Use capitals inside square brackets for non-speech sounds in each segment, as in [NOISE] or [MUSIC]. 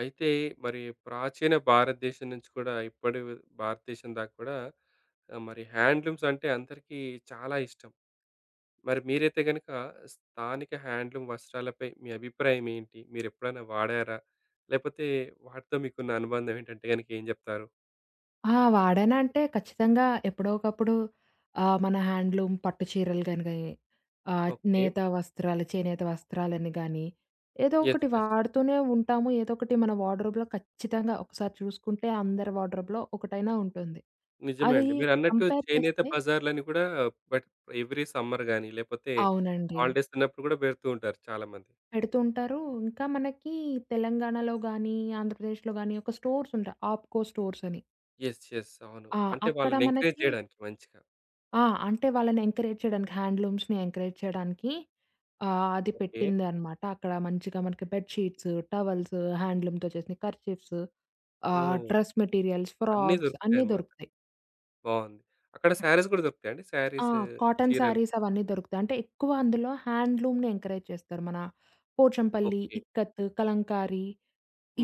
అయితే మరి ప్రాచీన భారతదేశం నుంచి కూడా ఇప్పటి భారతదేశం దాకా కూడా ఆ, మరి హ్యాండ్లూమ్స్ అంటే అందరికీ చాలా ఇష్టం. మరి మీరైతే గనుక స్థానిక హ్యాండ్లూమ్ వస్త్రాలపై మీ అభిప్రాయం ఏంటి? మీరెప్పుడైనా వాడారా? లేపోతే వాటితో మీకున్న అనుబంధం ఏంటంటే గనుక ఏం జెప్తారు? వాడానంటే ఖచ్చితంగా ఎప్పుడో ఒకప్పుడు మన హ్యాండ్లూమ్ పట్టు చీరలు గాని గాని ఓకే. నేత వస్త్రాలు, చేనేత వస్త్రాలని గాని ఏదో యెస్. ఒకటి యెస్. వాడుతూనే ఉంటాము. ఏదో ఒకటి మన వార్డ్‌రోబ్‌లో ఖచ్చితంగా ఒకసారి చూసుకుంటే అందరి వార్డ్‌రోబ్‌లో ఒకటైనా ఉంటుంది. నిజమే అది అండి. మీరన్నట్టు కంపేర్ చేనేత చేస్తే బజార్‌లని కూడా బట్ ఎవ్రీ సమ్మర్ గాని లేపోతే అవునండి. హాలిడేస్ ఉన్నప్పుడు గూడా పెడుతూ ఉంటారు చాలామంది. పెడుతుంటారు. ఇంకా మనకి తెలంగాణలో గాని, ఆంధ్రప్రదేశ్‌లో గాని ఒక స్టోర్స్ ఉంటాయి. ఆప్‌కో స్టోర్స్ అని. యెస్. యెస్. అవును. ఆ! అంటే అక్కడ వాళ్ళని ఎంకరేజ్ మనకి జేయడానికి మంచిగా. ఆ! అంటే వాళ్ళని ఎంకరేజ్ చేయడానికి హ్యాండ్లూమ్స్‌ని ఎంకరేజ్ చేయడానికి అది ఓకే. పెట్టిందనమాట. అక్కడ మంచిగా మనకి బెడ్ షీట్స్, టవల్స్, హ్యాండ్లూమ్‌తో చేసిన కర్చీఫ్స్, ఓహ్! డ్రెస్ మెటీరియల్స్, అన్నీ ఫ్రాక్స్ అన్నీ దొరుకుతాయన్నమాట. దొరుకుతాయి. బావుంది. అక్కడ శారీస్ గూడా దొరుకుతాయండి? ఆ! శారీస్, కాటన్ చీరలు. శారీస్ అవన్నీ దొరుకుతాయి. అంటే ఎక్కువ అందులో హ్యాండ్లూమ్‌ని ఎంకరేజ్ చేస్తారు. మన పోచంపల్లి, ఓకే. ఇక్కత్, కలంకారీ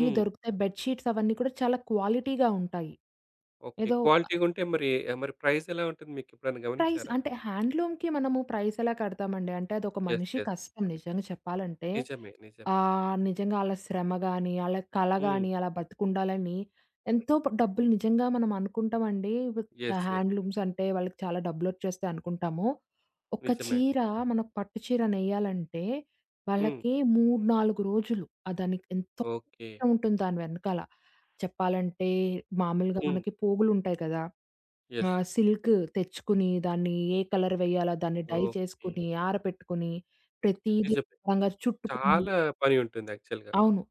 ఇవి దొరుకుతాయి. బెడ్ షీట్స్ అవన్నీ కూడా చాలా క్వాలిటీగా ఉంటాయి. ఓకే. ఏదో క్వాలిటీగుంటే మరి మరి ప్రైస్ ఎలా ఉంటుంది మీకెప్పుడైనా ప్రైస్ గమనించారా? అంటే హ్యాండ్లూమ్‌కి మనము ప్రైస్ ఎలా కడతామండి. అంటే అదొక యెస్. మనిషి యెస్. కష్టం నిజంగా చెప్పాలంటే. నిజమే. నిజమే. నిజంగా ఆళ్ళ శ్రమ గాని, ఆళ్ళ కళ హ్మ్. గాని, అలా బతికుండాలని ఎంతో డబ్బులు నిజంగా మనం అనుకుంటామండి. యెస్. యెస్. హ్యాండ్లూమ్స్ అంటే వాళ్ళకి చాలా డబ్బులొచ్చేస్తాయి అనుకుంటాము. ఒక నిజమే అండి. చీర మనకు పట్టు చీర నెయ్యాలంటే హ్మ్. వాళ్ళకి 3, 4 రోజులు. దానికి ఎంతో ఓకే. కష్టం ఉంటుంది దాని వెనకాల. చెప్పాలంటే మామూలుగా హ్మ్. మనకి పోగులుంటాయి కదా! యెస్. సిల్క్ తెచ్చుకుని, దాన్ని ఏ కలర్ వేయాలా, దాన్ని డై ఓకే. చేసుకొని, ఆరపెట్టుకొని, ప్రతీదీ నిజమే. శుభ్రంగా చుట్టుకుని చాలా పని ఉంటుంది యాక్చువల్‌గా. అవును.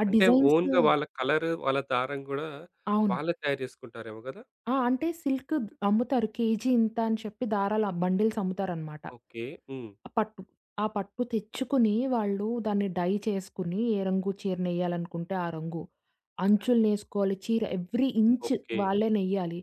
ఆ అంటే డిజైన్స్ ఓన్‌గా వాళ్ళ కలర్, వాళ్ళ దారం గూడా అవును. వాళ్ళే తయారు జేసుకుంటారేమో గదా! అంటే సిల్క్ అమ్ముతారు. కేజీ ఇంత అని చెప్పి దారాల బండిల్స్ అమ్ముతారనమాట. ఓకే. హ్మ్. ఆ పట్టు. ఆ పట్టు తెచ్చుకుని, వాళ్ళు దాన్ని డై చేసుకుని, ఏ రంగు చీరనెయ్యాలనుకుంటే ఆ రంగు. అంచులనేసుకోవాలి. చీర ఎవ్రీ ఇంచ్ ఓకే. వాళ్ళే నెయ్యాలి.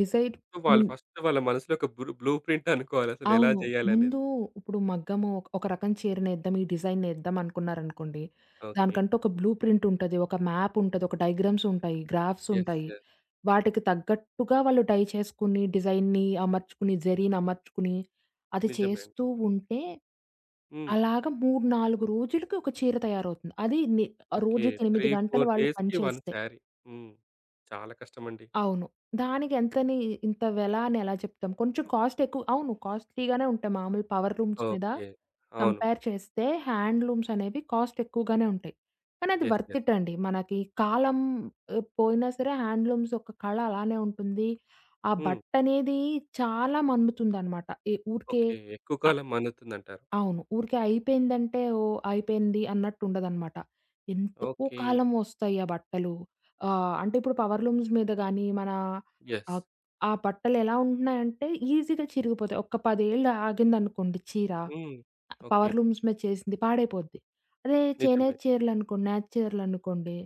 డిజైన్ సో వాళ్ళు ఫస్ట్ వాళ్ళ మనసులో ఒక బ్లూ ప్రింట్ అనుకోవాలి. అసలు ఎలా అవును. చేయాలనేది. ముందు ఇప్పుడు మగ్గము ఒక ఒక రకం చీరనేద్దాం, ఈ డిజైనేద్దాం అనుకున్నారనుకోండి. ఓకే. దానికంటే ఒక బ్లూ ప్రింట్ ఉంటది. ఒక మ్యాప్ ఉంటది. ఒక డయాగ్రామ్స్ ఉంటాయి. Graphs yes. ఉంటాయి. యెస్. వాటికి తగ్గట్టుగా వాళ్ళు డై చేసుకుని, డిజైన్‌ని అమర్చుకుని, జరీని అమర్చుకుని, అది నిజమే అండి. చేస్తూ ఉంటే హ్మ్. అలాగా 3, 4 రోజులకి ఒక చీర తయారవుతుంది. అది ని ఓకే. రోజుకి 3, 8 గంటలు 4 వాళ్ళు పని డేస్‌కి 1 చేస్తే. శారీ. హ్మ్. చాలా కష్టమండి. అవును. దానికెంతని ఇంత వెల అని ఎలా చెప్తాం? కొంచెం కాస్ట్ ఎక్కువ అవును. కాస్ట్‌లీగానే ఉంటాయి. మామూలు పవర్ లూమ్స్ మీద ఓకే. అవును. కంపేర్ చేస్తే హ్యాండ్లూమ్స్ అనేవి కాస్ట్ ఎక్కువగానే ఉంటాయి. కానీ అది యెస్. Worth yes. ఇట్ అండి. మనకి కాలం పోయినా సరే హ్యాండ్లూమ్స్ యొక్క కళ అలానే ఉంటుంది. ఆ హ్మ్. బట్టనేది చాలా మన్నుతుందనమాట. ఈ ఊరికే ఓకే. ఎక్కువ అ కాలం మన్నుతుందంటారు. అవును. ఊరికే అయిపోయిందంటే ఓహ్! అయిపోయింది అన్నట్టుండదనమాట. ఎంతో ఓకే. కాలం వస్తాయి ఆ బట్టలు. అంటే ఇప్పుడు పవర్ లూమ్స్ మీద గానీ, యెస్. ఆహ్, ఆ బట్టలెలా ఉంటున్నాయంటే ఈజీగా చిరిగిపోతాయి. ఒక్క 10 ఏళ్ళు ఆగిందనుకోండి చీర, హ్మ్. ఓకే. పవర్ లూమ్స్ మీద చేసింది పాడైపోద్ది. అదే చేనేత నిజమే. చీరలనుకోండి, నేత చీరలనుకోండి,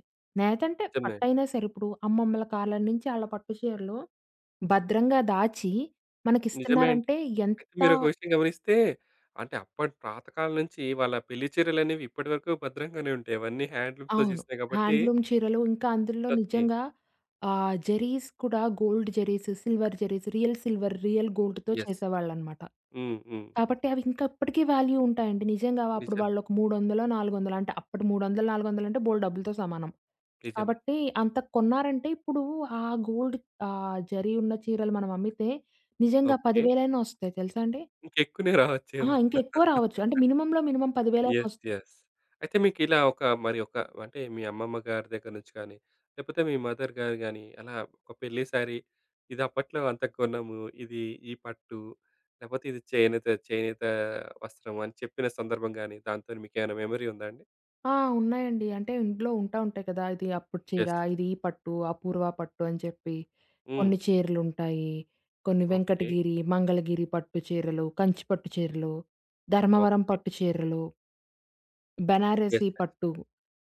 నేతంటే నిజమే అండి. పట్టయినా సరే ఇప్పుడు అమ్మమ్మల కాలం నుంచి ఆళ్ళ పట్టు చీరలు భద్రంగా దాచి నిజమే అండి. మనకిస్తున్నారంటే అయితే ఎంత మీరొక విషయం గమనిస్తే అంటే అప్పటి పాతకాలం నుంచి వాళ్ళ పెళ్లి చీరలనేవి ఇప్పటి వరకు భద్రంగానే ఉంటాయి. అవన్నీ హ్యాండ్లూమ్స్‌తో అవును. చేసినయి కాబట్టి హ్యాండ్లూమ్ చీరలు ఇంకా అందులో ఓకే. నిజంగా జరీస్ కూడా gold zaris, silver zaris, real silver, real గోల్డ్‌తో యెస్. చేసేవాళ్ళనమాట. హ్మ్. హ్మ్. కాబట్టి అవి ఇంకా ఇప్పటికి వాల్యూ ఉంటాయండి. నిజంగా అప్పుడు నిజమే. వాళ్ళొక 300 400 అంటే అప్పటి 300, 400 అంటే బోలెడు డబ్బులతో సమానం. నిజమే. కాబట్టి అంత కొన్నారంటే ఇప్పుడు ఆ గోల్డ్ జరీ ఉన్న చీరలు మనం అమ్మితే నిజంగా ఓకే. 10,000 అయినా ఒస్తాయి తెలుసా అండి? ఇంకెక్కువనే ఆ! రావచ్చేమో. ఇంకా ఎక్కువ రావచ్చు. అంటే మినిమమ్ 10,000 అయినా యెస్. ఒస్తాయి. యెస్. అయితే మీకిలా ఒక మరి ఒక అంటే మీ అమ్మమ్మ గారి దగ్గర నుంచి గానీ, లేకపోతే మీ మదర్ గారు గానీ, అలా ఒక పెళ్లి సారీ ఇది అప్పట్లో అంత కొనము, ఇది ఈ పట్టు, లేకపోతే ఇది చేనేత చేనేత వస్త్రం అని చెప్పిన సందర్భం గానీ, దాంతోని మీకేమైనా మెమరీ ఉందా అండి? ఆ! ఉన్నాయండి. అంటే ఇంట్లో ఉంటాయి కదా! ఇది అప్పుడు చీర, యెస్. ఇది ఈ పట్టు, అపూర్వ పట్టు అని చెప్పి హ్మ్. కొన్ని చీరలుంటాయి. కొన్ని ఓకే. వెంకటగిరి, మంగళగిరి పట్టు చీరలు, కంచి పట్టు చీరలు, ధర్మవరం ఓకే. పట్టు చీరలు, యెస్. బెనారసి యెస్. పట్టు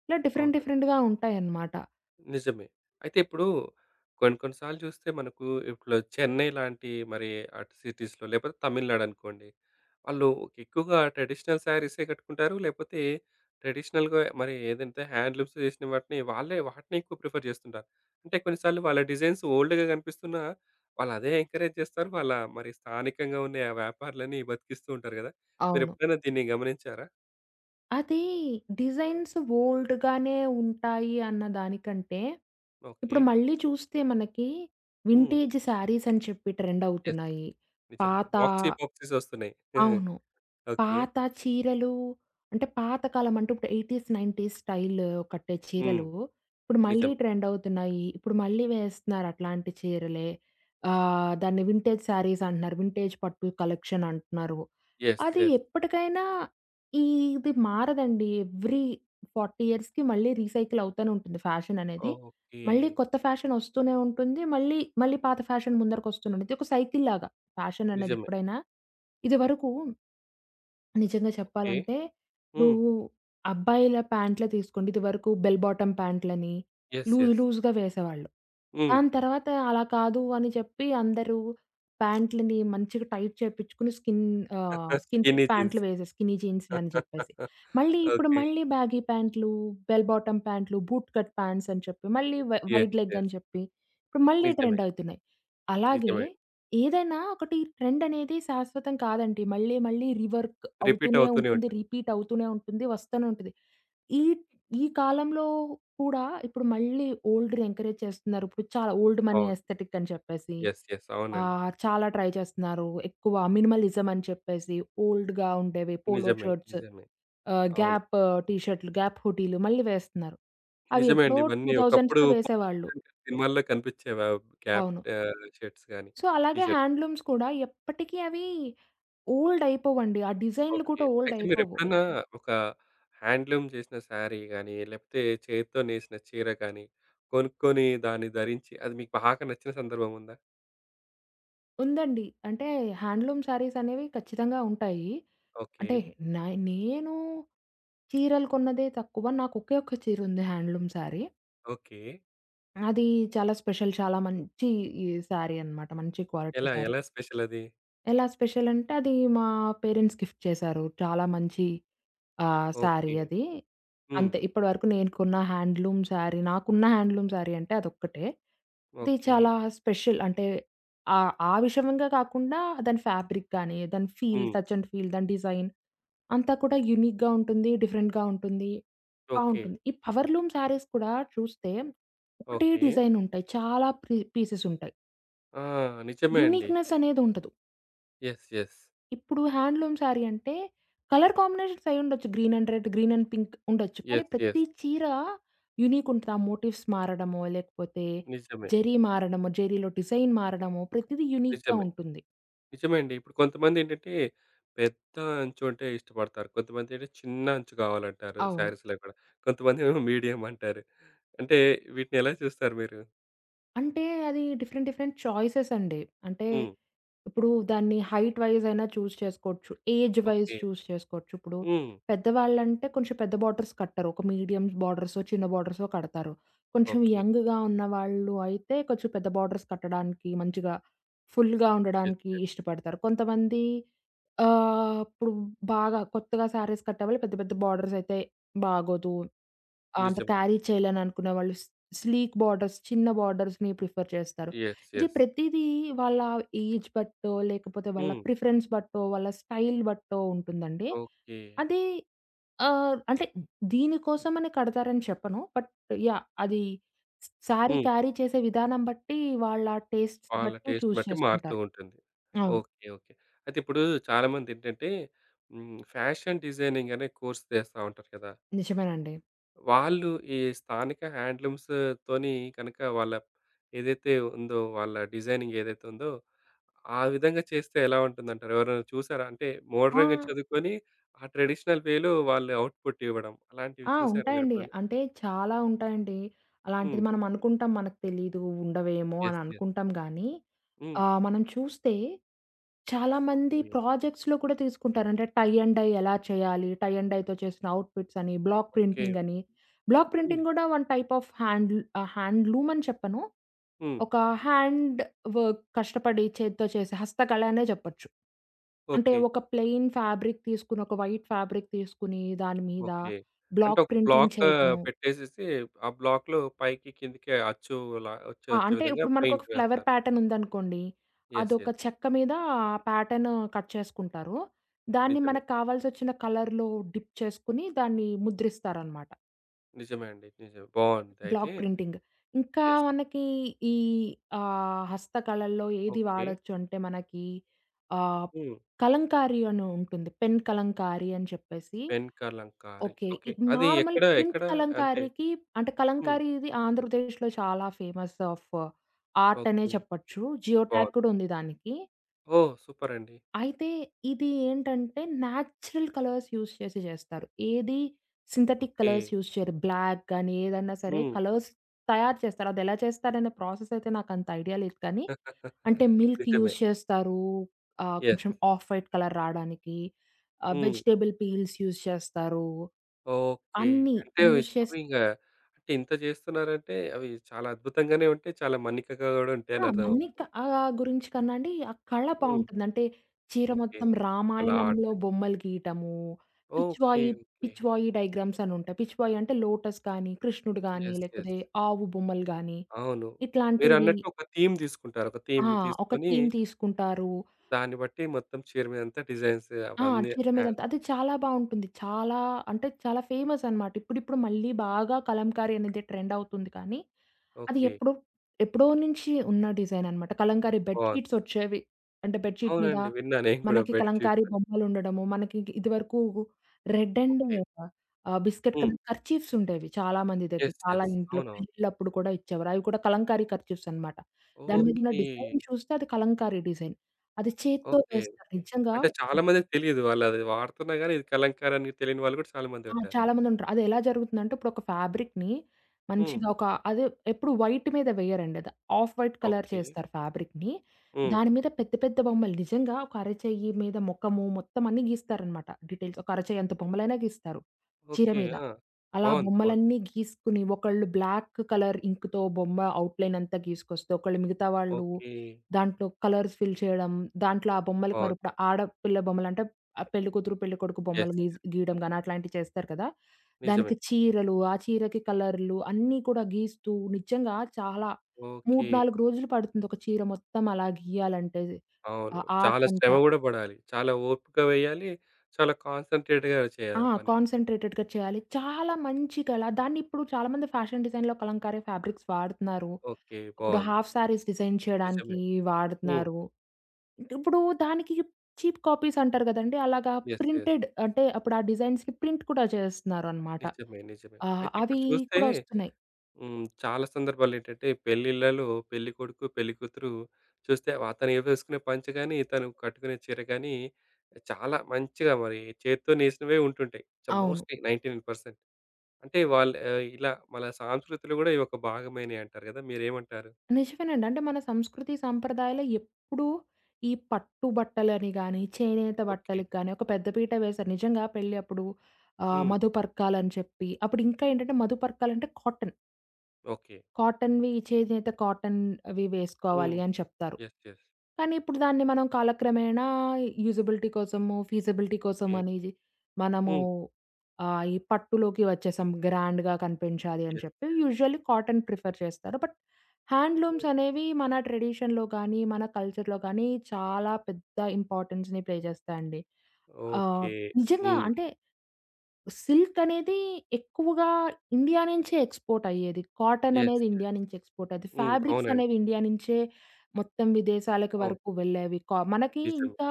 ఇలా డిఫరెంట్ అవునండి. డిఫరెంట్‌గా ఉంటాయన్నమాట. నిజమే. అయితే ఇప్పుడు కొన్ని కొన్ని సార్లు చూస్తే మనకు ఇప్పుడు చెన్నై లాంటి మరి అటు సిటీస్‌లో లేకపోతే తమిళనాడు అనుకోండి. వాళ్ళు ఎక్కువగా ట్రెడిషనల్ శారీసే కట్టుకుంటారు. లేకపోతే ట్రెడిషనల్‌గా మరి ఏదంటే హ్యాండ్లూమ్స్ చేసిన వాటిని వాళ్ళే వాటిని ఎక్కువ ప్రిఫర్ చేస్తుంటారు. అంటే కొన్ని సార్లు వాళ్ళ డిజైన్స్ ఓల్డ్‌గా కనిపిస్తున్నా వాళ్ళు అదే ఎంకరేజ్ చేస్తారు. వాళ్ళ మరి స్థానికంగా ఉన్న ఆ వ్యాపారులని బతికిస్తూ ఉంటారు కదా! అవును. మీరెప్పుడైనా దీన్ని గమనించారా? అది డిజైన్స్ ఓల్డ్‌గానే ఉంటాయి అన్న దానికంటే, ఓకే. ఇప్పుడు మళ్ళీ చూస్తే మనకి హ్మ్. వింటేజ్ శారీస్ అని చెప్పి ట్రెండ్ యెస్. అవుతున్నాయి. నిజమే. పాత బాక్సీ బాక్సీస్ వస్తున్నాయి. [LAUGHS] అవును. ఓకే. పాత చీరలు అంటే పాతకాలం అంటే ఇప్పుడు 80స్, 90స్ స్టైల్ కట్టే హ్మ్. చీరలు ఇప్పుడు మళ్ళీ నిజమే. ట్రెండ్ అవుతున్నాయి. ఇప్పుడు మళ్ళీ వేస్తున్నారు అట్లాంటి చీరలే. దాన్ని వింటేజ్ శారీస్ అంటున్నారు. వింటేజ్ పట్టు కలెక్షన్ అంటున్నారు. యెస్. అది యెస్. ఎప్పటికైనా ఈ ఇది మారదండి. ఎవ్రీ 40 ఇయర్స్‌కి మళ్ళీ రీసైకిల్ అవుతానే ఉంటుంది ఫ్యాషన్ అనేది. ఓకే. మళ్ళీ కొత్త ఫ్యాషన్ వస్తూనే ఉంటుంది. మళ్ళీ, మళ్ళీ పాత ఫ్యాషన్ ముందరకొస్తూనే ఉంటుంది. ఇది ఒక సైకిల్ లాగా ఫ్యాషన్ అనేది నిజమే. ఎప్పుడైనా. ఇదివరకు నిజంగా ఓకే. చెప్పాలంటే, ఇప్పుడు హ్మ్. అబ్బాయిల ప్యాంట్లే తీసుకోండి. ఇదివరకు బెల్ బాటమ్ ప్యాంట్లని యెస్. Loose yes. లూజ్‌గా వేసేవాళ్ళు. హ్మ్. దాని తర్వాత అలా కాదు అని చెప్పి అందరూ ప్యాంట్లని మంచిగా టైట్ చేపించుకొని స్కిన్ స్కిన్నీ ఫిట్ జీన్స్. ప్యాంట్లు వేసే స్కిన్నీ జీన్స్‌లని చెప్పేసి. మళ్ళీ ఇప్పుడు ఓకే. మళ్ళీ బ్యాగీ ప్యాంట్లు, బెల్ బాటమ్ ప్యాంట్లు, బూట్ కట్ ప్యాంట్స్ అని చెప్పి, మళ్ళీ యెస్. Wide leg yes. అని [LAUGHS] చెప్పి ఇప్పుడు మళ్ళీ నిజమే. ట్రెండ్ అవుతున్నాయి. అలాగే నిజమే అండి. ఏదైనా ఒకటి ట్రెండ్ అనేది శాశ్వతం కాదండి. మళ్ళీ, మళ్ళీ రివర్క్ రిపీట్ అవుతూనే అవుతూనే ఉంటుంది. ఉంటుంది. రిపీట్ అవుతూనే ఉంటుంది. వస్తూనే ఉంటుంది. ఈ, ఈ కాలంలో కూడా ఇప్పుడు మళ్ళీ ఓల్డ్‌ని ఎంకరేజ్ చేస్తున్నారు. ఇప్పుడు చాలా ఓల్డ్ మనీ అవును. ఎస్థెటిక్ అని చెప్పేసి యెస్. యెస్. అవునండి. చాలా ట్రై చేస్తున్నారు. ఎక్కువ మినిమలిజం అని చెప్పేసి ఓల్డ్‌గా ఉండేవి పోలో నిజమే. షర్ట్స్, నిజమే. అవును. గ్యాప్ టీ షర్ట్‌లు, గ్యాప్ హుడీలు మళ్ళీ వేస్తున్నారు. అవి నిజమే ఎప్పుడో అండి. ఇవన్నీ ఒకప్పుడు 2000స్‌లో పవన్ వేసేవాళ్ళు. కళ్యాణ్ గారి సినిమాల్లో కనిపించేవి ఆ గ్యాప్ అవును. షర్ట్స్ గాని, సో, టీ అలాగే షర్ట్స్. హ్యాండ్లూమ్స్ కూడా ఎప్పటికీ అవి ఓల్డ్ అయిపోవండి. ఆ డిజైన్‌లు ఓకే. కూడా ఓల్డ్ అయితే అయిపోవు. మీరెప్పుడన్నా ఒక హ్యాండ్లూమ్ చేసిన శారీ గాని, లేకపోతే చేతితో నేసిన చీర గాని, కొనుక్కొని దాన్ని ధరించి అది మీకు బాగా నచ్చిన సందర్భం ఉందా? ఉందండి. అంటే హ్యాండ్లూమ్ శారీస్ అనేవి ఖచ్చితంగా ఉంటాయి. ఓకే. అంటే నా నేను చీరలు కొన్నదే తక్కువ. నాకు ఒకే ఒక్క చీర ఉంది హ్యాండ్లూమ్ శారీ. ఓకే. అది చాలా స్పెషల్. చాలా మంచి ఈ శారీ అన్నమాట. మంచి క్వాలిటీ ఎలా శారీ. ఎలా స్పెషల్ అది? ఎలా స్పెషల్ అంటే అది మా పేరెంట్స్ గిఫ్ట్ చేశారు. చాలా మంచి ఆ! శారీ ఓకే. అది. హ్మ్. అంతే ఇప్పటివరకు నేను కొన్న హ్యాండ్లూమ్ శారీ నాకున్న హ్యాండ్లూమ్ శారీ అంటే అదొక్కటే. అది ఓకే. చాలా స్పెషల్ అంటే ఆ విషయంగా కాకుండా దాని ఫ్యాబ్రిక్ గానీ, దాని ఫీల్ హ్మ్. టచ్ అండ్ ఫీల్ దాని డిజైన్ అంతా కూడా యూనిక్‌గా ఉంటుంది. డిఫరెంట్‌గా ఉంటుంది. ఓకే. బావుంటుంది. ఈ పవర్‌లూమ్ శారీస్ కూడా చూస్తే ఒకటే ఓకే. డిజైన్ ఉంటాయి. చాలా ప్రీ పీసెస్ ఉంటాయి. ఆ! నిజమే అండి. యూనిక్‌నెస్ అనేది ఉండదు. యెస్. యెస్. ఇప్పుడు హ్యాండ్లూమ్ శారీ అంటే కలర్ కాంబినేషన్స్ అయ్యుండొచ్చు. Green and red, green and pink ఉండొచ్చు. కానీ యెస్. ప్రతి యెస్. చీర యూనిక్ ఉంటది. ఆ మోటివ్స్ మారడమో, లేకపోతే నిజమే. జరీ మారడమో, జరీలో డిజైన్ మారడమో ప్రతిది యూనిక్‌గా నిజమే. ఉంటుంది. నిజమే అండి. ఇప్పుడు కొంతమందేంటంటే, పెద్ద అంచు అంటే ఇష్టపడతారు. కొంతమంది ఏంటంటే, చిన్న అంచు కావాలంటారు అవును. శారీస్‌లో కూడా. కొంతమందేమో మీడియం అంటారు. అంటే వీటిని ఎలా చూస్తారు మీరు? అంటే అది డిఫరెంట్, డిఫరెంట్ చాయిసెస్ అండి. అంటే హ్మ్. ఇప్పుడు దాన్ని హైట్ వైస్ అయినా చూజ్ చేసుకోవచ్చు. Age wise okay. చూజ్ చేసుకోవచ్చు. ఇప్పుడు హ్మ్. పెద్దవాళ్ళంటే కొంచెం పెద్ద బార్డర్స్ కట్టరు. ఒక మీడియం బార్డర్సో, చిన్న బార్డర్సో కడతారు. కొంచెం ఓకే. యంగ్‌గా ఉన్నవాళ్ళు అయితే కొంచెం పెద్ద బార్డర్స్ కట్టడానికి మంచిగా ఫుల్‌గా యెస్. ఉండడానికి యెస్. ఇష్టపడతారు. ఇప్పుడు బాగా కొత్తగా శారీస్ కట్టేవాళ్ళు పెద్ద పెద్ద బార్డర్స్ అయితే బాగోదు. ఆ, అంత నిజమే. క్యారీ చేయలేను అనుకునేవాళ్ళు స్లీక్ బార్డర్స్, చిన్న బార్డర్స్‌ని ప్రిఫర్ చేస్తారు. యెస్. ఇది యెస్. ప్రతీదీ వాళ్ళ ఏజ్ బట్టో, లేకపోతే వాళ్ళ హ్మ్. ప్రిఫరెన్స్ బట్టో, వాళ్ళ స్టైల్ బట్టో ఉంటుందండి. ఓకే. అది అంటే దీనికోసమని కడతారని చెప్పను. బట్ అది శారీ హ్మ్. క్యారీ చేసే విధానం బట్టి వాళ్ళ టేస్ట్స్ వాళ్ళ బట్టి టేస్ట్ చూజ్ బట్టి మారుతూ చేసుకుంటారు. ఉంటుంది. అవును. ఓకే. ఓకే. అయితే ఇప్పుడు చాలామందేంటంటే, హ్మ్. ఫ్యాషన్ డిజైనింగ్ అనే కోర్స్ చేస్తా ఉంటారు కదా! నిజమేనండి. వాళ్ళు ఈ స్థానిక హ్యాండ్లూమ్స్ తోని కనుక వాళ్ళ ఏదైతే ఉందో వాళ్ళ డిజైనింగ్ ఏదైతే ఉందో, ఆ విధంగా చేస్తే ఎలా ఉంటుందంటారు? ఎవరైనా చూసారా? అంటే ఆ! మోడర్న్‌గా చదువుకొని ఆ ట్రెడిషనల్ వేలో వాళ్ళు అవుట్‌పుట్ ఇవ్వడం అలాంటివి ఆ! చూసారా ఉంటాయండి. మీరెప్పుడైనా? అంటే చాలా ఉంటాయండి. హ్మ్. అలాంటిది మనం అనుకుంటాం మనకు తెలీదు, ఉండవేమో అని యెస్. యెస్. అనుకుంటాం గానీ, హ్మ్. మనం చూస్తే చాలామంది ఓకే. ప్రాజెక్ట్స్‌లో కూడా తీసుకుంటారు. అంటే టై అండ్ డై ఎలా చేయాలి, టై అండ్ డైతో చేసిన అవుట్‌ఫిట్స్ అని, బ్లాక్ ఓకే. ప్రింటింగ్ అని. బ్లాక్ హ్మ్. ప్రింటింగ్ కూడా వన్ టైప్ ఆఫ్ హ్యాండ్లూమ్ అని చెప్పను. హ్మ్. ఒక హ్యాండ్ వర్క్ కష్టపడి చేత్తో చేసే హస్తకళ అనే చెప్పొచ్చు. అంటే ఓకే. ఒక ప్లెయిన్ ఫ్యాబ్రిక్ తీసుకొని, ఒక వైట్ ఫ్యాబ్రిక్ తీసుకొని, దాని మీద ఓకే. అంటే బ్లాక్ ఒక ప్రింటింగ్ బ్లాక్ చేయడము. పెట్టేసేసి ఆ బ్లాక్‌లో పైకి కిందకి అచ్చులా వచ్చే ఆ! వచ్చే అంటే విధంగా ఇప్పుడు మనకొక పెయింట్ ఫ్లవర్ వేస్తారు. ప్యాటర్న్ ఉందనుకోండి. యెస్. అదొక యెస్. చెక్క మీద ఆ ప్యాటర్న్ కట్ చేసుకుంటారు. దాన్ని నిజమే. మనకు కావాల్సొచ్చిన కలర్‌లో డిప్ చేసుకొని, దాన్ని ముద్రిస్తారనమాట. నిజమే అండి. నిజమే. బావుంది. అయితే బ్లాక్ ప్రింటింగ్. ఇంకా యెస్. మనకి ఈ ఆహ్, హస్తకళల్లో ఏది ఓకే. వాడొచ్చు అంటే మనకి ఆహ్, హ్మ్. కలంకారీ అని ఉంటుంది. పెన్ కలంకారీ అని చెప్పేసి వెనకాలంకారి. ఓకే. ఓకే. ఇ అది నార్మల్ ఎక్కడ? ప్రింట్ ఎక్కడ? అంటే కలంకారీకి అంటే హ్మ్. కలంకారీ ఇది ఆంధ్రప్రదేశ్‌లో చాలా ఫేమస్ ఆఫ్ ఆర్ట్ అనే ఓకే. చెప్పొచ్చు. జియో ట్యాగ్ బావుంది. కూడా ఉంది దానికి. ఓహ్! సూపర్ అండి. అయితే ఇది ఏంటంటే నేచురల్ కలర్స్ యూజ్ చేసి చేస్తారు. ఏది సింథటిక్ ఓకే. కలర్స్ యూజ్ చేయరు. బ్లాక్ గాని ఏదన్నా సరే హ్మ్. కలర్స్ తయారు చేస్తారు. అదెలా చేస్తారనే ప్రాసెస్ అయితే నాకంత ఐడియా లేదు కానీ [LAUGHS] అంటే మిల్క్ నిజమే. యూజ్ చేస్తారు. యెస్. కొంచెం ఆఫ్ వైట్ కలర్ రాడానికి. హ్మ్. వెజిటబుల్ పీల్స్ యూజ్ చేస్తారు. ఓకే. అన్నీ అంటే అవి యూజ్ చేసి ఇంగ అంటే ఇంత చేస్తున్నారంటే అవి చాలా అద్భుతంగానే ఉంటాయి. చాలా మన్నికగా గూడా ఆ! ఉంటాయని మన్ని అర్థమవుతుంది. క ఆహ్, గురించి కన్నా అండి ఆ కళ హ్మ్. బావుంటుంది. అంటే చీర ఓకే. మొత్తం అలా రామాయణంలో ఆర్ట్ బొమ్మలు గీయటము, okay. Pichwai, okay. Pichwai diagrams అని ఉంటాయి. పిచ్‌వాయి అంటే లోటస్ గాని, కృష్ణుడు గాని, యెస్. యెస్. లేకపోతే ఆవు బొమ్మలు గాని, అవును. ఇట్లాంటివి మీరన్నట్టు ఒక థీమ్ తీసుకుంటారు. ఒక థీమ్ ఆ! ఒక తీసుకొని థీమ్ తీసుకుంటారు. దాన్ని బట్టి మొత్తం చీర మీదంతా డిజైన్స్ ఆ! అవన్నీ 'చీర యాడ్ మీదంతా' అది చాలా బావుంటుంది. అంటే చాలా ఫేమస్ అనమాట. ఇప్పుడిప్పుడు మళ్ళీ బాగా కలంకారీ అనేది ట్రెండ్ అవుతుంది కానీ, అది ఓకే. ఎప్పుడో ఎప్పుడో నుంచి ఉన్న డిజైన్ అనమాట. కలంకారీ బావుంది. బెడ్‌షీట్స్ వచ్చేవి. అంటే బెడ్‌షీట్ మీద అవునండి. విన్నా నేను కూడా మనకి బెడ్ షీట్స్ కలంకారీ అని. బొమ్మలుండడము, మనకి ఇదివరకు రెడ్ అండ్ ఓకే. బిస్కెట్ హ్మ్. కలర్ కర్చీఫ్స్ ఉండేవి చాలా మంది దగ్గర. యెస్. చాలా యెస్. ఇంట్లో అవునవును. పెళ్ళిళ్ళప్పుడు కూడా ఇచ్చేవారు. అవి కూడా కలంకారీ కర్చీఫ్స్ అనమాట. దాని మీద ఉన్న ఓకే. డిజైన్ చూస్తే అది కలంకారీ డిజైన్. అది చేత్తో ఓకే. వేస్తారు. ఓకే. నిజంగా అంటే చాలా మందికి తెలీదు. వాళ్ళది వాడుతున్నా గాని ఇది కలంకారీ అని తెలియని వాళ్ళు కూడా చాలా మంది ఆ! ఉంటారు. చాలా మందుంటరు. అది ఎలా జరుగుతుందంటే ఇప్పుడు ఒక ఫ్యాబ్రిక్‌ని హ్మ్. మంచిగా ఒక అది ఎప్పుడు వైట్ మీద వేయరండి. అది ఆఫ్ వైట్ కలర్ ఓకే. చేస్తారు ఫ్యాబ్రిక్‌ని. హ్మ్. దాని మీద పెద్ద పెద్ద బొమ్మలు నిజంగా ఒక అరచెయ్యి మీద మొఖము మొత్తం అన్నీ గీస్తారనమాట. డీటెయిల్స్ ఒక అరచెయ్యంత బొమ్మలైనా గీస్తారు చీర ఓకే. మీద. ఆ! అలా బావుంది. బావుంది. బొమ్మలన్నీ గీసుకుని ఒకళ్ళు బ్లాక్ కలర్ ఇంక్‌తో ఔట్‌లైన్ అంతా గీసుకొస్తే, మిగతా వాళ్ళు ఓకే. దాంట్లో కలర్స్ ఫిల్ చేయడం. దాంట్లో ఆ బొమ్మలకి బావుంది. మరిప్పుడు ఆడపిల్ల బొమ్మలంటే పెళ్ళికూతురు, పెళ్ళికొడుకు బొమ్మలు యెస్. యెస్. గీయడం గాని అట్లాంటివి చేస్తారు కదా! నిజమే. దానికి చీరలు, ఆ చీరకి కలర్లు అన్నీ కూడా గీస్తూ నిజంగా చాలా 3, ఓకే. 4 రోజులు పడుతుంది ఒక చీర మొత్తం అలా గీయాలంటే. అవును. ఆ ఆర్ట్ చాలా శ్రమ అంతా. గూడా పడాలి. చాలా ఓపిక వేయాలి. చాలా కాన్సంట్రేట్‌గా ఆ! చేయాలి ఆ పని. కాన్సంట్రేటెడ్‌గా చేయాలి. చాలా మంచి కళ. దాన్నిప్పుడు చాలామంది ఫ్యాషన్ డిజైన్‌లో కలంకారీ ఫ్యాబ్రిక్స్ వాడుతున్నారు. ఓకే. ఇప్పుడు బావుంది. హాఫ్ సారీస్ డిజైన్ చేయడానికి నిజమే. హ్మ్. వాడుతున్నారు. ఇప్పుడు దానికి చీప్ కాపీస్ అంటారు గదండీ! అలాగా యెస్. యెస్. ప్రింటెడ్ అంటే, అప్పుడు ఆ డిజైన్స్‌ని ప్రింట్ కూడా చేస్తున్నారనమాట. నిజమే. నిజమే. అయితే ఇప్పుడు అవి చూస్తే కూడా ఒస్తున్నాయి. హ్మ్. చాలా సందర్భాలేంటంటే పెళ్ళిళ్ళలో పెళ్ళికొడుకు, పెళ్ళికూతురు చూస్తే అతను వేసుకునే పంచ గాని, తను కట్టుకునే చీర గాని చాలా మంచిగా మరి చేత్తో నేసినవే ఉంటుంటాయి. అవును. మోస్ట్‌లీ 99% అంటే వాళ్ళు ఇలా మన సాంస్కృతిలో గూడా ఇవి ఒక భాగమేనే అంటారు గదా! మీరేమంటారు? నిజమేనండి. అంటే మన సంస్కృతి సంప్రదాయాలు ఎప్పుడూ ఈ పట్టు బట్టలని గానీ, చేనేత ఓకే. బట్టలకి గానీ ఒక పెద్ద పీట వేశారు. నిజంగా పెళ్లి అప్పుడు హ్మ్. మధుపర్కాలని చెప్పి, అప్పుడు ఇంకా ఏంటంటే మధుపర్కాలంటే కాటన్. ఓకే. కాటన్ అవి హ్మ్. వేసుకోవాలి అని చెప్తారు. యెస్. యెస్. కానీ ఇప్పుడు దాన్ని మనం కాలక్రమేణా యూజబిలిటీ కోసము, ఫీజిబిలిటీ ఏ కోసమని మనము హ్మ్. ఈ పట్టులోకి వచ్చేసాం. గ్రాండ్‌గా కనిపించాలి అని యెస్. చెప్పి యూజువల్లీ కాటన్ ప్రిఫర్ చేస్తారు. బట్ హ్యాండ్లూమ్స్ హ్మ్. అనేవి మన ట్రెడిషన్‌లో కానీ, మన కల్చర్‌లో కానీ చాలా పెద్ద ఇంపార్టెన్స్‌ని ప్లే చేస్తాయండి. ఆహ్, ఓకే. నిజంగా హ్మ్. అంటే సిల్క్ అనేది ఎక్కువగా ఇండియా నుంచే ఎక్స్‌పోర్ట్ అయ్యేది. Cotton yes. అనేది ఇండియా యెస్. నుంచి ఎక్స్‌పోర్ట్ అది. హ్మ్. ఫ్యాబ్రిక్స్ అవునండి. అనేవి ఇండియా నుంచే మొత్తం విదేశాలకు అవును. వరకు వెళ్ళేవి. మనకి నిజమే. ఇంకా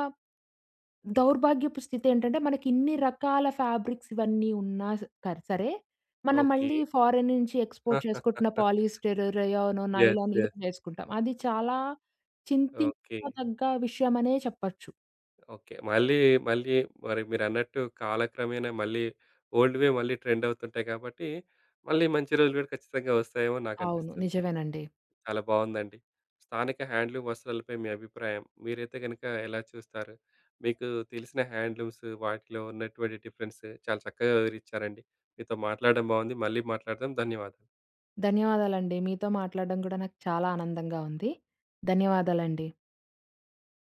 దౌర్భాగ్యపు స్థితి ఏంటంటే, మనకి ఇన్ని రకాల ఫ్యాబ్రిక్స్ ఇవన్నీ ఉన్నా స కర్ సరే, మనం ఓకే. మళ్ళీ ఫారెన్ నుంచి ఎక్స్‌పోర్ట్ చేసుకుంటున్న పాలిస్టర్, రేయాన్, యెస్. నైలాన్ ఇవే యెస్. చేసుకుంటాం. అది చాలా ఓకే. చింతించదగ్గ విషయం అనే చెప్పొచ్చు. ఓకే. మళ్ళీ, మళ్ళీ మరి మీరన్నట్టు కాలక్రమేణా మళ్ళీ ఓల్డ్‌వే మళ్ళీ ట్రెండ్ అవుతుంటాయి కాబట్టి, మళ్ళీ మంచి రోజులు కూడా ఖచ్చితంగా వస్తాయేమో అవును. నాకనిపిస్తుంది. నిజమేనండి. చాలా బావుందండి. స్థానిక హ్యాండ్లూమ్ వస్త్రాలపై మీ అభిప్రాయం. మీరైతే గనుక ఎలా చూస్తారు? మీకు తెలిసిన హ్యాండ్లూమ్స్ వాటిలో ఉన్నటువంటి డిఫరెన్స్ చాలా చక్కగా వివరిచ్చారండి. మీతో మాట్లాడడం బావుంది. మళ్ళీ మాట్లాడదాం. ధన్యవాదాలు. ధన్యవాదాలండి. మీతో మాట్లాడడం గూడా నాకు చాలా ఆనందంగా ఉంది. ధన్యవాదాలండి.